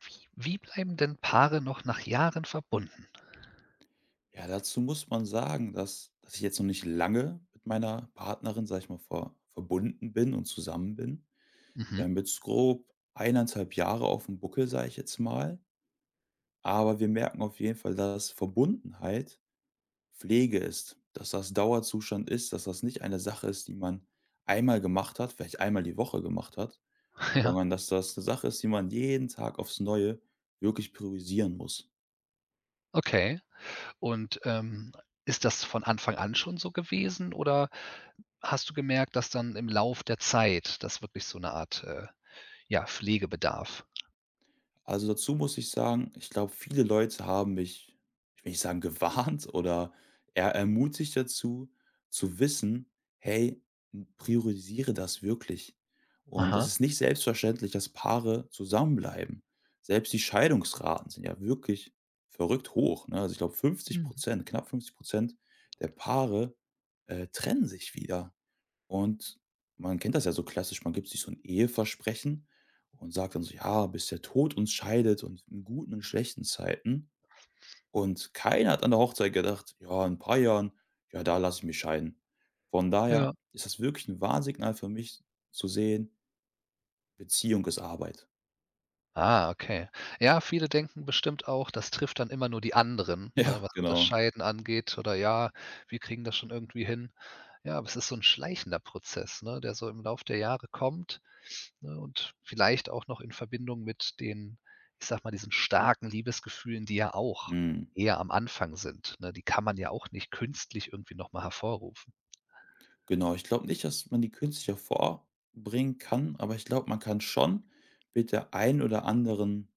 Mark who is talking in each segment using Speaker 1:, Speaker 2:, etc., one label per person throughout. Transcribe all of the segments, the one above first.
Speaker 1: Wie bleiben denn Paare noch nach Jahren verbunden?
Speaker 2: Ja, dazu muss man sagen, dass ich jetzt noch nicht lange mit meiner Partnerin, sage ich mal, verbunden bin und zusammen bin. Wir
Speaker 1: Mhm.
Speaker 2: haben jetzt grob 1,5 Jahre auf dem Buckel, sage ich jetzt mal, aber wir merken auf jeden Fall, dass Verbundenheit Pflege ist, dass das Dauerzustand ist, dass das nicht eine Sache ist, die man einmal gemacht hat, vielleicht einmal die Woche gemacht hat,
Speaker 1: ja,
Speaker 2: sondern dass das eine Sache ist, die man jeden Tag aufs Neue wirklich priorisieren muss.
Speaker 1: okay. Und, ist das von Anfang an schon so gewesen oder hast du gemerkt, dass dann im Lauf der Zeit das wirklich so eine Art, ja, Pflegebedarf?
Speaker 2: Also, dazu muss ich sagen, ich glaube, viele Leute haben mich, ich will nicht sagen gewarnt oder eher ermutigt dazu, zu wissen: „Hey, priorisiere das wirklich.“ Und es
Speaker 1: Aha.
Speaker 2: ist nicht selbstverständlich, dass Paare zusammenbleiben. Selbst die Scheidungsraten sind ja wirklich verrückt hoch, ne? Also, ich glaube, fünfzig
Speaker 1: Mhm.
Speaker 2: Prozent, knapp 50% der Paare, trennen sich wieder. Und man kennt das ja so klassisch, man gibt sich so ein Eheversprechen und sagt dann so: „Ja, bis der Tod uns scheidet und in guten und schlechten Zeiten.“ Und keiner hat an der Hochzeit gedacht: „Ja, in ein paar Jahren, ja, da lasse ich mich scheiden.“ Von
Speaker 1: Ja.
Speaker 2: daher ist das wirklich ein Warnsignal für mich zu sehen: Beziehung ist Arbeit.
Speaker 1: Ah, okay. Ja, viele denken bestimmt auch, das trifft dann immer nur die anderen, ne,
Speaker 2: Ja,
Speaker 1: was so das
Speaker 2: genau.
Speaker 1: Scheiden angeht oder: „Ja, wir kriegen das schon irgendwie hin.“ Ja, aber es ist so ein schleichender Prozess, ne, der so im Lauf der Jahre kommt, ne, und vielleicht auch noch in Verbindung mit den, ich sage mal, diesen starken Liebesgefühlen, die ja auch
Speaker 2: Mhm.
Speaker 1: eher am Anfang sind, ne? Die kann man ja auch nicht künstlich irgendwie noch mal hervorrufen.
Speaker 2: Genau, ich glaube nicht, dass man die künstlich hervorbringen kann, aber ich glaube, man kann schon mit der ein oder anderen,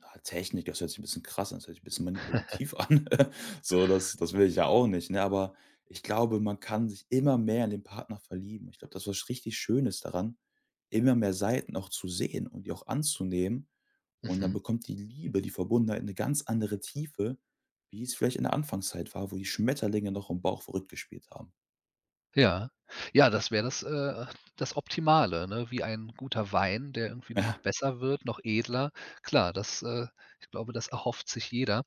Speaker 2: Technik, das hört sich ein bisschen krass an, das hört sich ein bisschen manipulativ an. So, das will ich ja auch nicht, ne? Aber ich glaube, man kann sich immer mehr in den Partner verlieben. Ich glaube, das ist was richtig Schönes daran, immer mehr Seiten auch zu sehen und die auch anzunehmen. Und dann
Speaker 1: Mhm.
Speaker 2: bekommt die Liebe, die Verbundenheit eine ganz andere Tiefe, wie es vielleicht in der Anfangszeit war, wo die Schmetterlinge noch im Bauch verrückt gespielt haben.
Speaker 1: Ja. Ja, das wäre das, das Optimale, ne? Wie ein guter Wein, der irgendwie nur noch besser wird, noch edler. Klar, ich glaube, das erhofft sich jeder.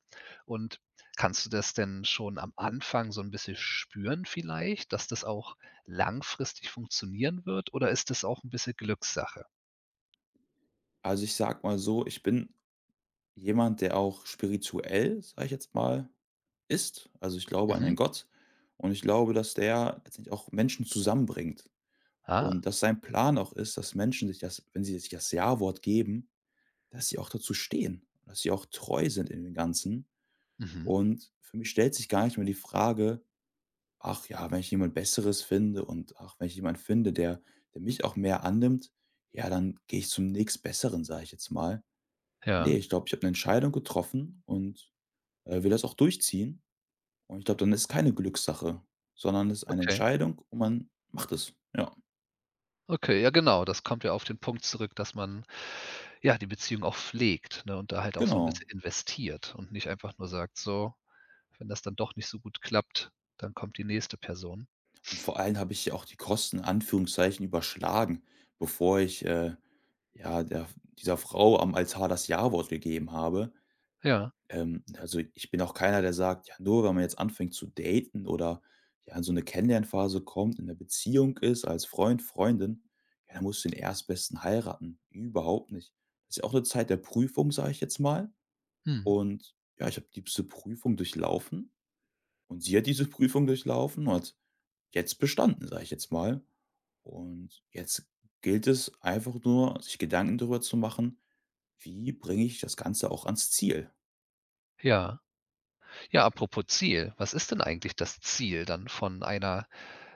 Speaker 1: Und kannst du das denn schon am Anfang so ein bisschen spüren vielleicht, dass das auch langfristig funktionieren wird, oder ist das auch ein bisschen Glückssache?
Speaker 2: Also, ich sag mal so, ich bin jemand, der auch spirituell, sage ich jetzt mal, ist. Also, ich glaube an einen
Speaker 1: Mhm.
Speaker 2: Gott und ich glaube, dass der letztendlich auch Menschen zusammenbringt
Speaker 1: Ah,
Speaker 2: und dass sein Plan auch ist, dass Menschen sich das wenn sie sich das Ja-Wort geben, dass sie auch dazu stehen, dass sie auch treu sind in dem Ganzen.
Speaker 1: mhm.
Speaker 2: Und für mich stellt sich gar nicht mehr die Frage: „Ach ja, wenn ich jemand Besseres finde und ach, wenn ich jemand finde, der mich auch mehr annimmt, ja, dann gehe ich zum nächstbesseren“, sage ich jetzt mal. Ne,
Speaker 1: Ja,
Speaker 2: ich glaube, ich habe 'ne Entscheidung getroffen und, will das auch durchziehen. Und ich glaube, dann ist keine Glückssache, sondern ist eine
Speaker 1: okay.
Speaker 2: Entscheidung und man macht es. Ja,
Speaker 1: Okay, ja genau, das kommt ja auf den Punkt zurück, dass man, ja, die Beziehung auch pflegt, ne, und da halt auch so 'n
Speaker 2: genau.
Speaker 1: bisschen investiert und nicht einfach nur sagt: „So, wenn das dann doch nicht so gut klappt, dann kommt die nächste Person.“
Speaker 2: Und vor allem habe ich ja auch die Kosten in Anführungszeichen überschlagen, bevor ich, ja, der dieser Frau am Altar das Ja-Wort gegeben habe.
Speaker 1: Ja,
Speaker 2: Also, ich bin auch keiner, der sagt: „Ja, nur wenn man jetzt anfängt zu daten oder, ja, in so eine Kennenlernphase kommt, in 'ner Beziehung ist als Freund, Freundin, ja, dann musst du den Erstbesten heiraten.“ Überhaupt nicht. Das Ist ja auch eine Zeit der Prüfung, sage ich jetzt mal.
Speaker 1: mhm,
Speaker 2: Und ja, ich habe diese Prüfung durchlaufen und sie hat diese Prüfung durchlaufen und hat jetzt bestanden, sage ich jetzt mal. Und jetzt gilt es einfach nur, sich Gedanken darüber zu machen: „Wie bringe ich das Ganze auch ans Ziel?“
Speaker 1: ja. Ja, apropos Ziel, was ist denn eigentlich das Ziel dann von einer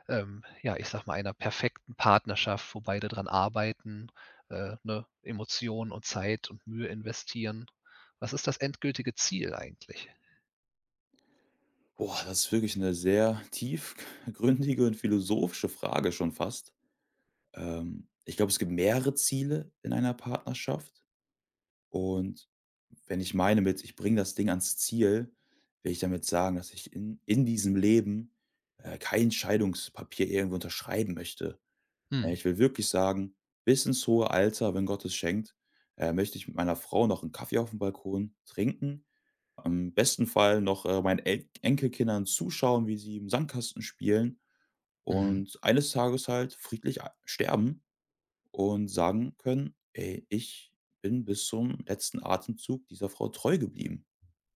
Speaker 1: ja, ich sag mal, einer perfekten Partnerschaft, wo beide dran arbeiten, ne, Emotionen und Zeit und Mühe investieren. Was ist das endgültige Ziel eigentlich?
Speaker 2: Boah, das ist wirklich eine sehr tiefgründige und philosophische Frage schon fast. Ich glaube, es gibt mehrere Ziele in einer Partnerschaft und wenn ich meine mit: „Ich bringe das Ding ans Ziel“, will ich damit sagen, dass ich in diesem Leben, kein Scheidungspapier irgendwo unterschreiben möchte.
Speaker 1: Mhm,
Speaker 2: Ich will wirklich sagen, bis ins hohe Alter, wenn Gott es schenkt, möchte ich mit meiner Frau noch einen Kaffee auf dem Balkon trinken am besten Fall noch, meinen El Enkelkindern zuschauen, wie sie im Sandkasten spielen
Speaker 1: mhm.
Speaker 2: und eines Tages halt friedlich a sterben und sagen können: „Ey, ich bin bis zum letzten Atemzug dieser Frau treu geblieben.“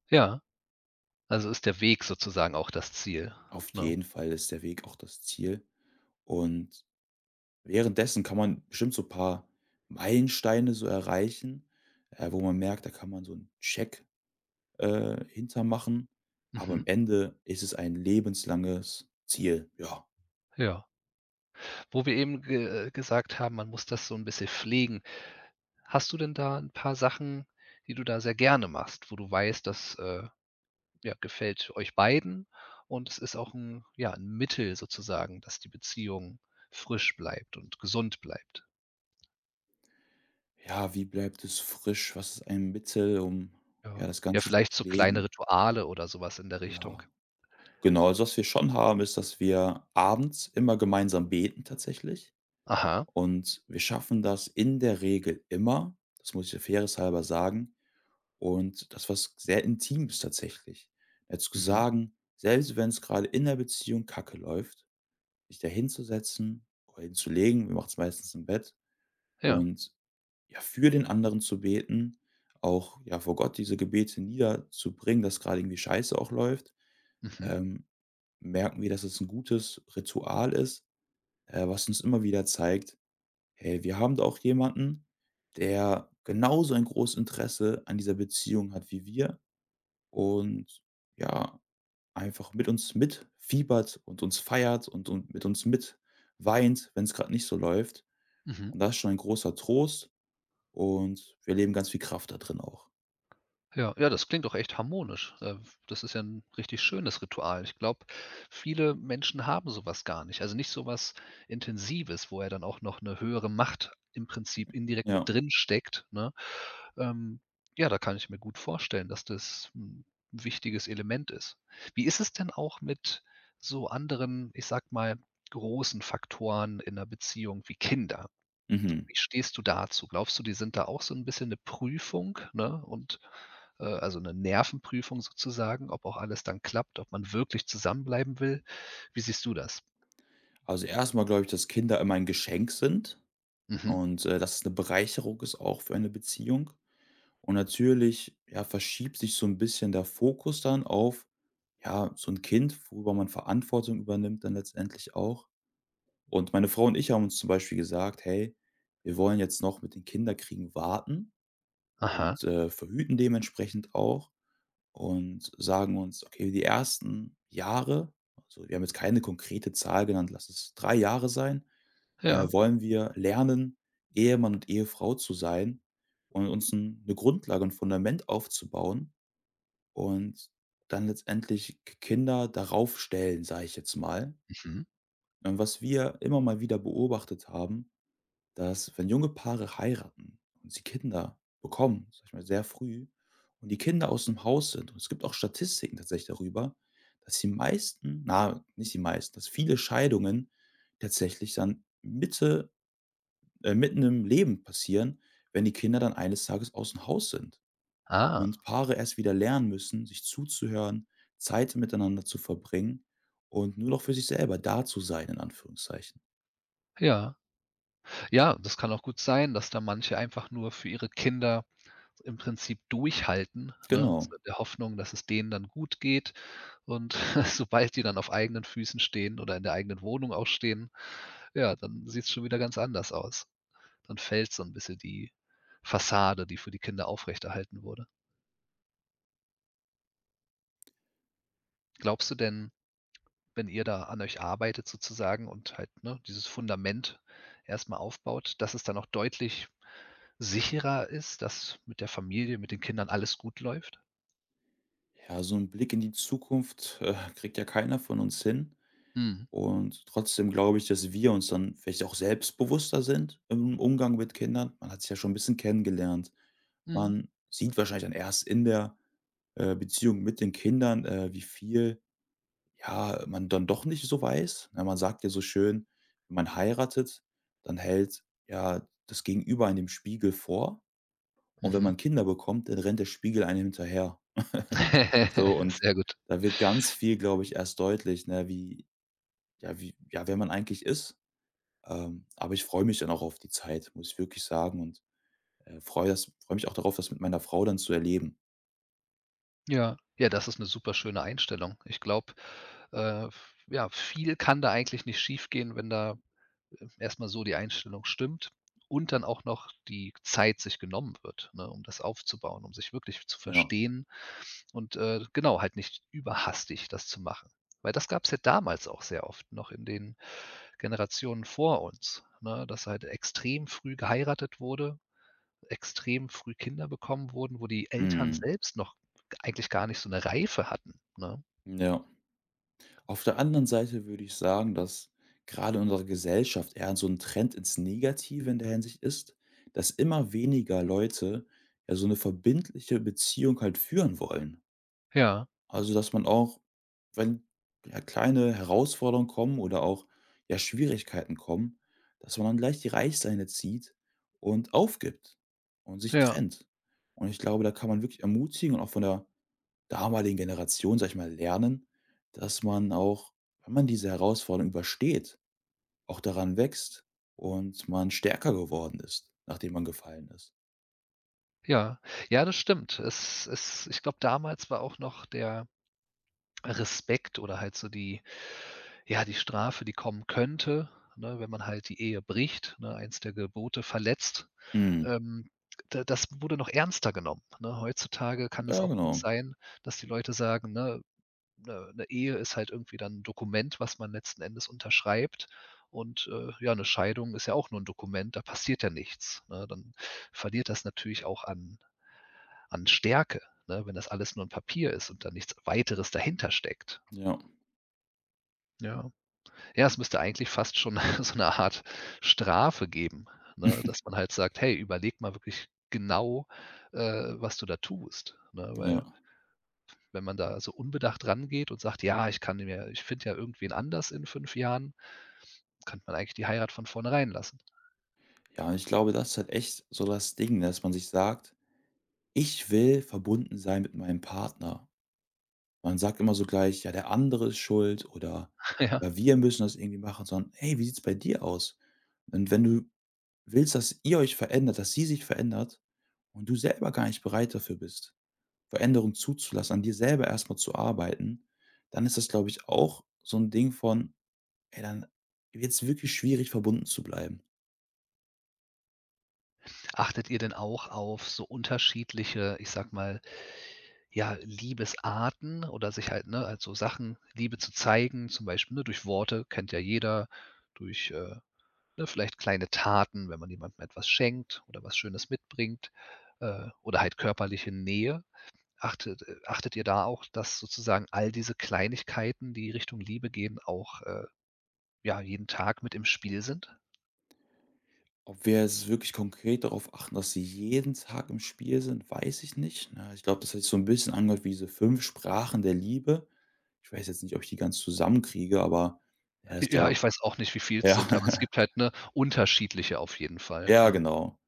Speaker 1: Ja, also ist der Weg sozusagen auch das Ziel,
Speaker 2: Auf
Speaker 1: ne?
Speaker 2: jeden Fall ist der Weg auch das Ziel. Und währenddessen kann man bestimmt so ein paar Meilensteine so erreichen, wo man merkt, da kann man so einen Check, hinter. Aber am
Speaker 1: Mhm,
Speaker 2: Ende ist es ein lebenslanges Ziel, ja.
Speaker 1: ja. Wo wir eben ge gesagt haben, man muss das so 'n bisschen pflegen. Hast du denn da 'n paar Sachen, die du da sehr gerne machst, wo du weißt, das, ja, gefällt euch beiden und es ist auch 'n ja, 'n Mittel sozusagen, dass die Beziehung frisch bleibt und gesund bleibt?
Speaker 2: Ja, wie bleibt es frisch? Was ist ein Mittel, um, ja,
Speaker 1: Ja.
Speaker 2: das
Speaker 1: Ja,
Speaker 2: Ganze zu
Speaker 1: vielleicht so kleine
Speaker 2: pflegen?
Speaker 1: Rituale oder so was in der Richtung.
Speaker 2: Ja, genau. Also, was wir schon haben, ist, dass wir abends immer gemeinsam beten tatsächlich
Speaker 1: Aha.
Speaker 2: und wir schaffen das in der Regel immer, das muss ich der Fairness halber sagen und das was sehr Intimes tatsächlich. Zu
Speaker 1: Mhm.
Speaker 2: sagen, selbst wenn es gerade in der Beziehung kacke läuft, sich da hinzusetzen oder hinzulegen, wir machen es meistens im Bett.
Speaker 1: Ja.
Speaker 2: Und ja, für den anderen zu beten, auch ja vor Gott diese Gebete niederzubringen, dass gerade irgendwie Scheiße auch läuft,
Speaker 1: Mhm.
Speaker 2: ähm, merken wir, dass es ein gutes Ritual ist, was uns immer wieder zeigt: „Hey, wir haben da auch jemanden, der genauso ein großes Interesse an dieser Beziehung hat wie wir und, ja, einfach mit uns mitfiebert und uns feiert und mit uns mit weint, wenn es gerade nicht so läuft.“
Speaker 1: Mhm.
Speaker 2: Und das ist schon ein großer Trost und wir leben ganz viel Kraft da drin auch.
Speaker 1: Ja, ja, das klingt doch echt harmonisch. Das ist ja ein richtig schönes Ritual. Ich glaube, viele Menschen haben sowas gar nicht. Also, nicht sowas Intensives, wo er dann auch noch eine höhere Macht im Prinzip indirekt mit
Speaker 2: Ja.
Speaker 1: drin steckt, ne? Ähm, ja, da kann ich mir gut vorstellen, dass das ein wichtiges Element ist. Wie ist es denn auch mit so anderen, ich sag mal, großen Faktoren in 'ner Beziehung wie Kinder?
Speaker 2: Mhm.
Speaker 1: Wie stehst du dazu? Glaubst du, die sind da auch so 'n bisschen 'ne Prüfung, ne, und also 'ne Nervenprüfung sozusagen, ob auch alles dann klappt, ob man wirklich zusammenbleiben will? Wie siehst du das?
Speaker 2: Also, erstmal glaube ich, dass Kinder immer ein Geschenk sind
Speaker 1: Mhm.
Speaker 2: und, dass es eine Bereicherung ist auch für eine Beziehung. Und natürlich, ja, verschiebt sich so ein bisschen der Fokus dann auf, ja, so ein Kind, worüber man Verantwortung übernimmt dann letztendlich auch. Und meine Frau und ich haben uns zum Beispiel gesagt: „Hey, wir wollen jetzt noch mit den Kinderkriegen warten
Speaker 1: Aha.
Speaker 2: und, verhüten dementsprechend auch.“ Und sagen uns: „Okay, die ersten Jahre“, also, wir haben jetzt keine konkrete Zahl genannt, lass es 3 Jahre sein,
Speaker 1: Ja.
Speaker 2: wollen wir lernen, Ehemann und Ehefrau zu sein und uns 'n 'ne Grundlage, ein Fundament aufzubauen und dann letztendlich Kinder darauf stellen, sage ich jetzt mal.
Speaker 1: Mhm.
Speaker 2: Und was wir immer mal wieder beobachtet haben, dass wenn junge Paare heiraten und sie Kinder bekommen, sag ich mal, sehr früh und die Kinder aus dem Haus sind und es gibt auch Statistiken tatsächlich darüber, dass die meisten na, nicht die meisten, dass viele Scheidungen tatsächlich dann mitten im Leben passieren, wenn die Kinder dann eines Tages aus dem Haus sind und
Speaker 1: Ah,
Speaker 2: Paare erst wieder lernen müssen, sich zuzuhören, Zeit miteinander zu verbringen und nur noch für sich selber da zu sein in Anführungszeichen.
Speaker 1: ja. Ja, das kann auch gut sein, dass da manche einfach nur für ihre Kinder im Prinzip durchhalten, ne,
Speaker 2: Genau.
Speaker 1: so in der Hoffnung, dass es denen dann gut geht und sobald die dann auf eigenen Füßen stehen oder in der eigenen Wohnung auch stehen, ja, dann sieht's schon wieder ganz anders aus. Dann fällt so ein bisschen die Fassade, die für die Kinder aufrechterhalten wurde. Glaubst du denn, wenn ihr da an euch arbeitet sozusagen und halt, ne, dieses Fundament erstmal aufbaut, dass es dann auch deutlich sicherer ist, dass mit der Familie, mit den Kindern alles gut läuft?
Speaker 2: Ja, so 'n Blick in die Zukunft, kriegt ja keiner von uns hin.
Speaker 1: Mhm.
Speaker 2: Und trotzdem glaube ich, dass wir uns dann vielleicht auch selbstbewusster sind im Umgang mit Kindern. Man hat sich ja schon ein bisschen kennengelernt.
Speaker 1: Mhm.
Speaker 2: Man sieht wahrscheinlich dann erst in der, Beziehung mit den Kindern, wie viel, ja, man dann doch nicht so weiß. Ne, man sagt ja so schön, wenn man heiratet, dann hält, ja, das Gegenüber einem den Spiegel vor und wenn
Speaker 1: Mhm.
Speaker 2: man Kinder bekommt, dann rennt der Spiegel einem hinterher. So, und
Speaker 1: Sehr gut.
Speaker 2: da wird ganz viel, glaube ich, erst deutlich, ne, wie ja, wer man eigentlich ist. Aber ich freue mich dann auch auf die Zeit, muss ich wirklich sagen und, freue das mich auch darauf, das mit meiner Frau dann zu erleben.
Speaker 1: Ja. Ja, das ist eine super schöne Einstellung. Ich glaube, f ja, viel kann da eigentlich nicht schiefgehen, wenn da erstmal so die Einstellung stimmt und dann auch noch die Zeit sich genommen wird, ne, um das aufzubauen, um sich wirklich zu
Speaker 2: Ja.
Speaker 1: verstehen und, genau, halt nicht überhastig das zu machen. Weil das gab es ja damals auch sehr oft noch in den Generationen vor uns, ne, dass halt extrem früh geheiratet wurde, extrem früh Kinder bekommen wurden, wo die Eltern
Speaker 2: Mhm.
Speaker 1: selbst noch eigentlich gar nicht so eine Reife hatten, ne?
Speaker 2: Ja. Auf der anderen Seite würde ich sagen, dass gerade in unserer Gesellschaft eher so ein Trend ins Negative in der Hinsicht ist, dass immer weniger Leute ja so eine verbindliche Beziehung halt führen wollen.
Speaker 1: Ja,
Speaker 2: Also, dass man auch, wenn, ja, kleine Herausforderungen kommen oder auch, ja, Schwierigkeiten kommen, dass man dann gleich die Reißleine zieht und aufgibt und sich
Speaker 1: ja,
Speaker 2: trennt. Und ich glaube, da kann man wirklich ermutigen und auch von der damaligen Generation, sage ich mal, lernen, dass man auch, wenn man diese Herausforderung übersteht, auch daran wächst und man stärker geworden ist, nachdem man gefallen ist.
Speaker 1: ja. Ja, das stimmt. Es es ich glaube, damals war auch noch der Respekt oder halt so die ja, die Strafe, die kommen könnte, ne, wenn man halt die Ehe bricht, ne, eins der Gebote verletzt,
Speaker 2: Mhm.
Speaker 1: ähm, da das wurde noch ernster genommen, ne? Heutzutage kann es
Speaker 2: Ja,
Speaker 1: auch gut
Speaker 2: genau.
Speaker 1: sein, dass die Leute sagen, ne, 'ne Ehe ist halt irgendwie dann ein Dokument, was man letzten Endes unterschreibt und, ja, eine Scheidung ist ja auch nur ein Dokument, da passiert ja nichts, ne? Dann verliert das natürlich auch an Stärke, ne, wenn das alles nur ein Papier ist und da nichts Weiteres dahinter steckt,
Speaker 2: Ja.
Speaker 1: ja. Ja, es müsste eigentlich fast schon so eine Art Strafe geben, ne, dass man halt sagt: „Hey, überleg mal wirklich genau, äh, was du da tust“, ne? Weil
Speaker 2: Ja.
Speaker 1: wenn man da so unbedacht rangeht und sagt: „Ja, ich kann mir ich finde ja irgendwen anders in 5 Jahren“, könnte man eigentlich die Heirat von vornherein lassen.
Speaker 2: Ja, ich glaube, das ist halt echt so das Ding, dass man sich sagt: „Ich will verbunden sein mit meinem Partner.“ Man sagt immer so gleich: „Ja, der andere ist schuld“ oder
Speaker 1: Ja.
Speaker 2: „Ja, wir müssen das irgendwie machen“, sondern: „Hey, wie sieht's bei dir aus?“ Und wenn du willst, dass ihr euch verändert, dass sie sich verändert und du selber gar nicht bereit dafür bist, Veränderung zuzulassen, an dir selber erstmal zu arbeiten, dann ist das, glaube ich, auch so ein Ding von: „Ey, dann wird's wirklich schwierig, verbunden zu bleiben.“
Speaker 1: Achtet ihr denn auch auf so unterschiedliche, ich sag mal, ja, Liebesarten oder sich halt, ne also Sachen Liebe zu zeigen, zum Beispiel, ne, durch Worte, kennt ja jeder, durch, Ne, vielleicht kleine Taten, wenn man jemandem etwas schenkt oder was Schönes mitbringt, oder halt körperliche Nähe. Achtet ihr da auch, dass sozusagen all diese Kleinigkeiten, die Richtung Liebe gehen, auch, ja, jeden Tag mit im Spiel sind?
Speaker 2: Ob wir jetzt wirklich konkret darauf achten, dass sie jeden Tag im Spiel sind, weiß ich nicht, ne? Ich glaube, das hat sich so ein bisschen angehört wie diese 5 Sprachen der Liebe. Ich weiß jetzt nicht, ob ich die ganz zusammenkriege, aber er ist
Speaker 1: Ja,
Speaker 2: ja
Speaker 1: ich weiß auch nicht, wie viel es
Speaker 2: ja,
Speaker 1: sind, aber es gibt halt, ne, unterschiedliche auf jeden Fall,
Speaker 2: ja,
Speaker 1: ne?
Speaker 2: genau.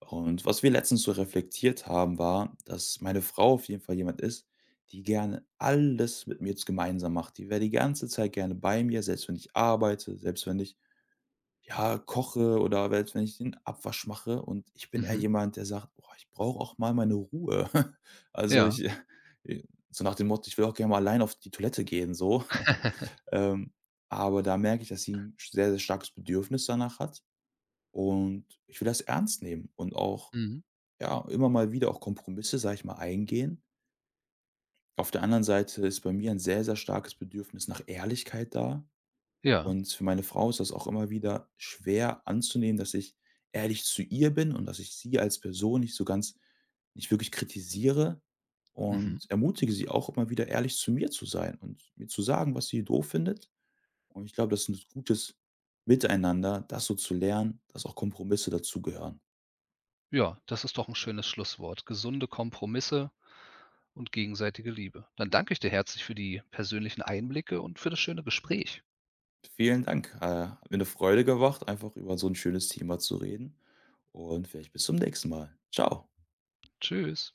Speaker 2: Und was wir letztens so reflektiert haben, war, dass meine Frau auf jeden Fall jemand ist, die gerne alles mit mir jetzt gemeinsam macht. Die wäre die ganze Zeit gerne bei mir, selbst wenn ich arbeite, selbst wenn ich ja, koche oder selbst wenn ich den Abwasch mache und ich bin eher
Speaker 1: Mhm.
Speaker 2: jemand, der sagt: „Boah, ich brauche auch mal meine Ruhe.“ Also,
Speaker 1: Ja.
Speaker 2: ich so nach dem Motto: „Ich will auch gerne mal allein auf die Toilette gehen“, so. Ähm, aber da merke ich, dass sie ein sehr, sehr starkes Bedürfnis danach hat und ich will das ernst nehmen und auch,
Speaker 1: Mhm.
Speaker 2: ja, immer mal wieder auch Kompromisse, sage ich mal, eingehen. Auf der anderen Seite ist bei mir ein sehr, sehr starkes Bedürfnis nach Ehrlichkeit da.
Speaker 1: Ja.
Speaker 2: Und für meine Frau ist das auch immer wieder schwer anzunehmen, dass ich ehrlich zu ihr bin und dass ich sie als Person nicht so ganz nicht wirklich kritisiere
Speaker 1: Mhm.
Speaker 2: und ermutige sie auch immer wieder ehrlich zu mir zu sein und mir zu sagen, was sie doof findet. Und ich glaube, das ist ein gutes Miteinander, das so zu lernen, dass auch Kompromisse dazugehören.
Speaker 1: Ja, das ist doch ein schönes Schlusswort. Gesunde Kompromisse und gegenseitige Liebe. Dann danke ich dir herzlich für die persönlichen Einblicke und für das schöne Gespräch.
Speaker 2: Vielen Dank. Hat mir 'ne Freude gemacht, einfach über so ein schönes Thema zu reden und vielleicht bis zum nächsten Mal. Ciao.
Speaker 1: Tschüss.